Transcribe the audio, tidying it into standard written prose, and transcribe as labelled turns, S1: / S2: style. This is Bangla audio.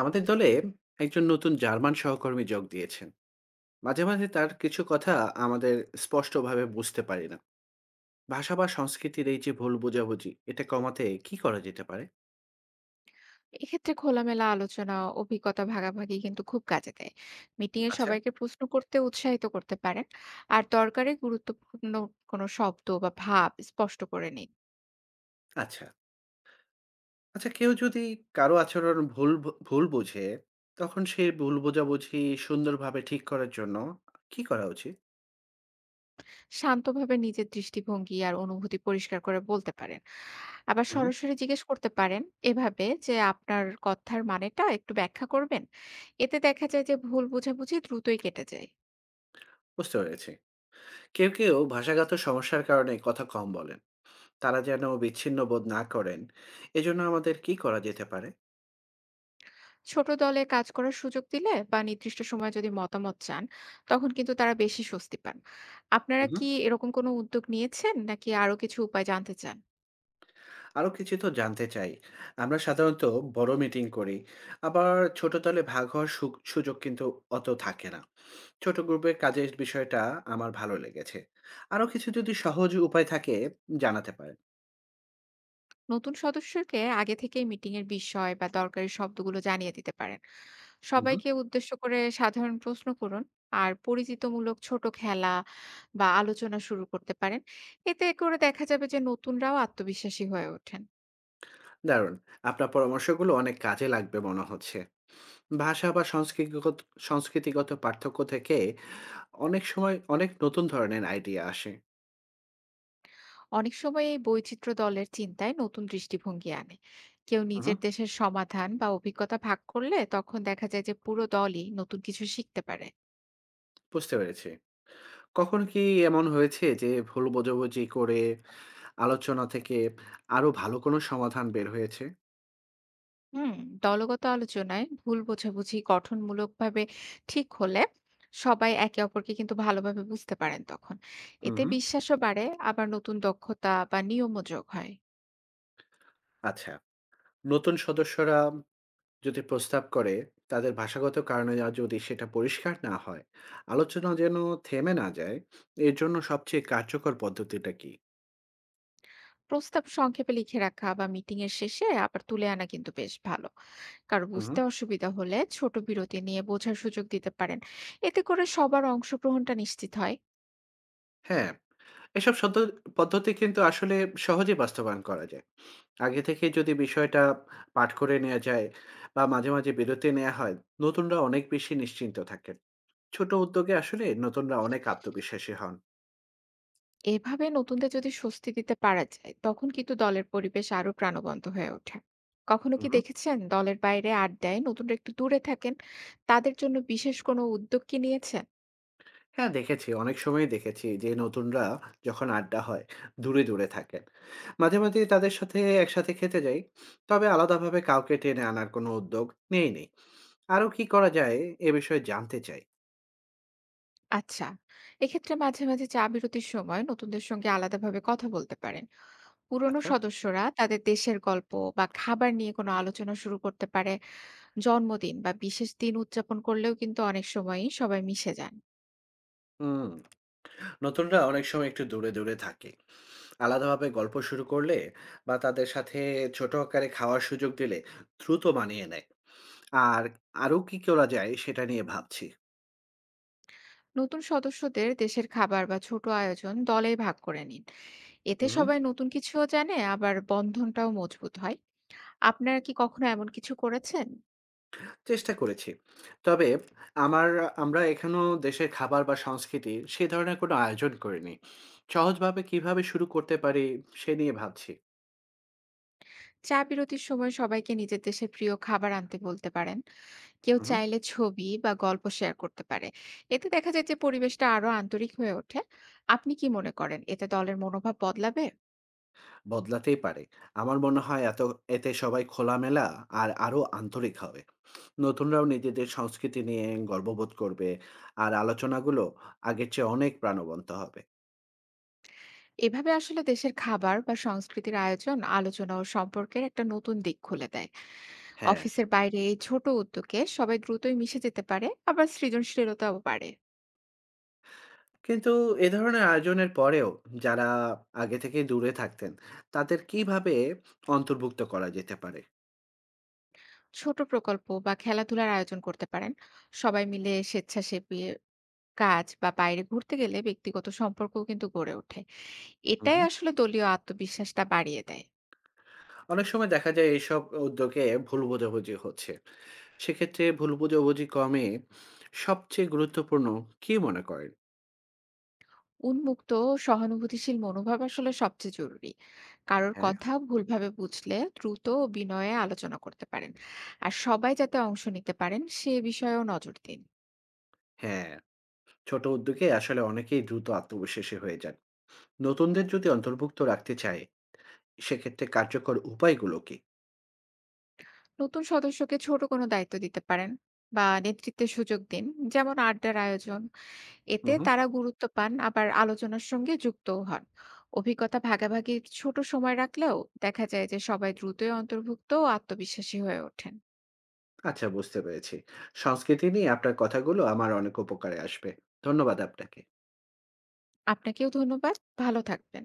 S1: আমাদের দলে একজন নতুন জার্মান সহকর্মী যোগ দিয়েছেন। মাঝে মাঝে তার কিছু কথা আমাদের স্পষ্টভাবে বুঝতে পারি না। ভাষা বা সংস্কৃতির এই যে ভুল বোঝাবুঝি, এটা কমাতে কি করা যেতে পারে?
S2: এক্ষেত্রে খোলামেলা আলোচনা, অভিজ্ঞতা ভাগাভাগি কিন্তু খুব কাজে দেয়। মিটিং এ
S1: আচ্ছা।
S2: সবাইকে প্রশ্ন করতে উৎসাহিত করতে পারেন। আর দরকারে গুরুত্বপূর্ণ কোনো শব্দ বা ভাব স্পষ্ট করে নিন।
S1: আচ্ছা। আচ্ছা, কেউ যদি কারো আচরণ ভুল বোঝে, তখন সেই ভুল বোঝাবুঝি সুন্দরভাবে ঠিক করার জন্য কি করা উচিত?
S2: শান্তভাবে নিজের দৃষ্টিভঙ্গি আর অনুভূতি পরিষ্কার করে বলতে পারেন। আবার
S1: হুম।
S2: সরাসরি জিজ্ঞেস করতে পারেন এভাবে যে আপনার কথার মানেটা একটু ব্যাখ্যা করবেন। এতে দেখা যায় যে ভুল বোঝাবুঝি দ্রুতই কেটে যায়।
S1: বুঝতে পেরেছি। কেউ কেউ ভাষাগত সমস্যার কারণে কথা কম বলেন, তারা যেন বিচ্ছিন্ন বোধ না করেন, এজন্য আমাদের কি করা যেতে পারে?
S2: ছোট দলে কাজ করার সুযোগ দিলে বা নির্দিষ্ট সময়ে যদি মতামত চান তখন কিন্তু তারা বেশি স্বস্তি পান। আপনারা কি এরকম কোনো উদ্যোগ নিয়েছেন নাকি আরো কিছু উপায় জানতে চান?
S1: আরো কিছু তো জানতে চাই। আমরা সাধারণত বড় মিটিং করি। আবার ছোট দলে ভাগ হওয়ার সুযোগ কিন্তু অত থাকে না। ছোট গ্রুপে কাজের বিষয়টা আমার ভালো লেগেছে। আরো কিছু যদি সহজ উপায় থাকে জানাতে পারেন।
S2: নতুন সদস্যকে আগে থেকেই মিটিং এর বিষয় বা দরকারি শব্দগুলো জানিয়ে দিতে পারেন,
S1: হুম, হুম।
S2: সবাইকে উদ্দেশ্য করে সাধারণ প্রশ্ন করুন, আর পরিচিতমূলক ছোট খেলা বা আলোচনা শুরু করতে পারেন। এতে করে দেখা যাবে যে নতুনরাও আত্মবিশ্বাসী হয়ে ওঠেন।
S1: দারুণ! আপনার পরামর্শগুলো অনেক কাজে লাগবে মনে হচ্ছে। ভাষা বা সংস্কৃতিগত সংস্কৃতিগত পার্থক্য থেকে অনেক সময় অনেক নতুন ধরনের আইডিয়া আসে।
S2: অনেক সময় এই বৈচিত্র্য দলের চিন্তায় নতুন দৃষ্টিভঙ্গি আনে। কেউ
S1: হুম,
S2: নিজের
S1: হুম।
S2: দেশের সমাধান বা অভিজ্ঞতা ভাগ করলে তখন দেখা যায় যে পুরো দলই নতুন কিছু শিখতে পারে।
S1: বুঝতে পেরেছি। কখন কি এমন হয়েছে যে ভুল বোঝাবুঝি করে আলোচনা থেকে আরো ভালো কোনো সমাধান বের হয়েছে?
S2: হুম। দলগত আলোচনায় ভুল বোঝাবুঝি গঠনমূলকভাবে ঠিক হলে সবাই একে অপরকে কিন্তু ভালোভাবে বুঝতে পারেন তখন।
S1: হুম,
S2: এতে
S1: হুম।
S2: বিশ্বাসও বাড়ে, আবার নতুন দক্ষতা বা নিয়মও যোগ হয়।
S1: আচ্ছা, নতুন সদস্যরা যদি প্রস্তাব করে, তাদের ভাষাগত কারণে যদি সেটা পরিষ্কার না হয়, আলোচনা যেন থেমে না যায়, এর জন্য সবচেয়ে কার্যকর পদ্ধতিটা কি?
S2: প্রস্তাব সংক্ষেপে লিখে রাখা বা মিটিং এর শেষে আবার তুলে আনা কিন্তু বেশ ভালো। কারো
S1: হুম, হুম।
S2: বুঝতে অসুবিধা হলে ছোট বিরতি নিয়ে বোঝার সুযোগ দিতে পারেন। এতে করে সবার অংশগ্রহণটা নিশ্চিত হয়।
S1: হ্যাঁ, এসব সদ্য পদ্ধতি কিন্তু আসলে সহজে বাস্তবায়ন করা যায়। আগে থেকে যদি বিষয়টা পাঠ করে নেয়া যায় বা মাঝে, মাঝে বিরতি নেয়া হয়, নতুনরা অনেক বেশি নিশ্চিন্ত থাকেন। ছোট উদ্যোগে আসলে নতুনরা অনেক আত্মবিশ্বাসী হন।
S2: এভাবে নতুনদের যদি স্বস্তি দিতে পারা যায় তখন কিন্তু দলের পরিবেশ আরো প্রাণবন্ত হয়ে ওঠে। কখনো
S1: হুম,
S2: কি
S1: হুম।
S2: দেখেছেন দলের বাইরে আড্ডায় নতুনরা একটু দূরে থাকেন? তাদের জন্য বিশেষ কোনো উদ্যোগ কি নিয়েছেন?
S1: হ্যাঁ, দেখেছি। অনেক সময়ই দেখেছি যে নতুনরা, যখন আড্ডা হয়, দূরে, দূরে থাকেন। মাঝে, মাঝেই তাদের সাথে একসাথে খেতে যাই। তবে আলাদাভাবে কাউকে টেনে আনার কোনো উদ্যোগ নেইনি। আরো কি করা যায় এ বিষয়ে জানতে চাই।
S2: আচ্ছা, এক্ষেত্রে মাঝে, মাঝে চা বিরতির সময় নতুনদের সঙ্গে আলাদাভাবে কথা বলতে পারেন। পুরনো
S1: আচ্ছা।
S2: সদস্যরা তাদের দেশের গল্প বা খাবার নিয়ে কোনো আলোচনা শুরু করতে পারে। জন্মদিন বা বিশেষ দিন উদযাপন করলেও কিন্তু অনেক সময়ই সবাই মিশে যান।
S1: হুম। নতুনরা অনেক সময় একটু দূরে, দূরে থাকে। আলাদাভাবে গল্প শুরু করলে বা তাদের সাথে ছোট আকারে খাওয়ার সুযোগ দিলে দ্রুত মানিয়ে নেয়। আর আরো কি করা যায় সেটা নিয়ে ভাবছি।
S2: নতুন সদস্যদের দেশের খাবার বা ছোট আয়োজন দলে ভাগ করে নিন। এতে
S1: হুম।
S2: সবাই নতুন কিছুও জানে, আবার বন্ধনটাও মজবুত হয়। আপনারা কি কখনো এমন কিছু করেছেন?
S1: চেষ্টা করেছি। তবে আমার আমরা এখনো দেশের খাবার বা সংস্কৃতি, সে ধরনের কোনো আয়োজন করিনি। সহজভাবে কিভাবে শুরু করতে পারি সে নিয়ে ভাবছি।
S2: চা বিরতির সময় সবাইকে নিজের দেশের প্রিয় খাবার আনতে বলতে পারেন। কেউ
S1: হু, হুম।
S2: চাইলে ছবি বা গল্প শেয়ার করতে পারে। এতে দেখা যায় যে পরিবেশটা আরো আন্তরিক হয়ে ওঠে। আপনি কি মনে করেন এতে দলের মনোভাব বদলাবে?
S1: বদলাতেই পারে। আমার মনে হয় এতে সবাই খোলামেলা আর আরো আন্তরিক হবে। নতুনরাও নিজেদের সংস্কৃতি নিয়ে গর্ববোধ করবে আর আলোচনাগুলো আগের চেয়ে অনেক প্রাণবন্ত হবে।
S2: এভাবে আসলে দেশের খাবার বা সংস্কৃতির আয়োজন, আলোচনা ও সম্পর্কের একটা নতুন দিক খুলে দেয়।
S1: হ্যাঁ।
S2: অফিসের বাইরে এই ছোট উদ্যোগে সবাই দ্রুতই মিশে যেতে পারে, আবার সৃজনশীলতাও বাড়ে।
S1: কিন্তু এ ধরনের আয়োজনের পরেও যারা আগে থেকে দূরে থাকতেন, তাদের কিভাবে অন্তর্ভুক্ত করা যেতে পারে?
S2: ছোট প্রকল্প বা খেলাধুলার আয়োজন করতে পারেন। সবাই মিলে স্বেচ্ছাসেবী কাজ বা বাইরে ঘুরতে গেলে ব্যক্তিগত সম্পর্কও কিন্তু গড়ে ওঠে।
S1: হুম,
S2: এটাই
S1: হুম।
S2: আসলে দলীয় আত্মবিশ্বাসটা বাড়িয়ে দেয়।
S1: অনেক সময় দেখা যায় এইসব উদ্যোগে ভুল বোঝাবুঝি হচ্ছে। সেক্ষেত্রে ভুল বোঝাবুঝি কমে সবচেয়ে গুরুত্বপূর্ণ কি মনে করেন?
S2: উন্মুক্ত ও সহানুভূতিশীল মনোভাব আসলে সবচেয়ে জরুরি। কারোর
S1: হ্যাঁ।
S2: কথা ভুলভাবে বুঝলে দ্রুত ও বিনয়ে আলোচনা করতে পারেন। আর সবাই যাতে অংশ নিতে পারেন সে বিষয়েও নজর দিন।
S1: হ্যাঁ, ছোট উদ্যোগে আসলে অনেকেই দ্রুত আত্মবিশ্বাসী হয়ে যান। নতুনদের যদি অন্তর্ভুক্ত রাখতে চায়, সেক্ষেত্রে কার্যকর উপায়গুলো কি?
S2: নতুন সদস্যকে ছোট কোনো দায়িত্ব দিতে পারেন বা নেতৃত্বের সুযোগ দিন, যেমন আড্ডার আয়োজন।
S1: হুম,
S2: এতে
S1: হুম।
S2: তারা গুরুত্ব পান, আবার আলোচনার সঙ্গে যুক্তও হন। অভিজ্ঞতা ভাগাভাগির ছোট সময় রাখলেও দেখা যায় যে সবাই দ্রুতই অন্তর্ভুক্ত ও আত্মবিশ্বাসী হয়ে ওঠেন।
S1: আচ্ছা, বুঝতে পেরেছি। সংস্কৃতি নিয়ে আপনার কথাগুলো আমার অনেক উপকারে আসবে। ধন্যবাদ আপনাকে।
S2: আপনাকেও ধন্যবাদ। ভালো থাকবেন।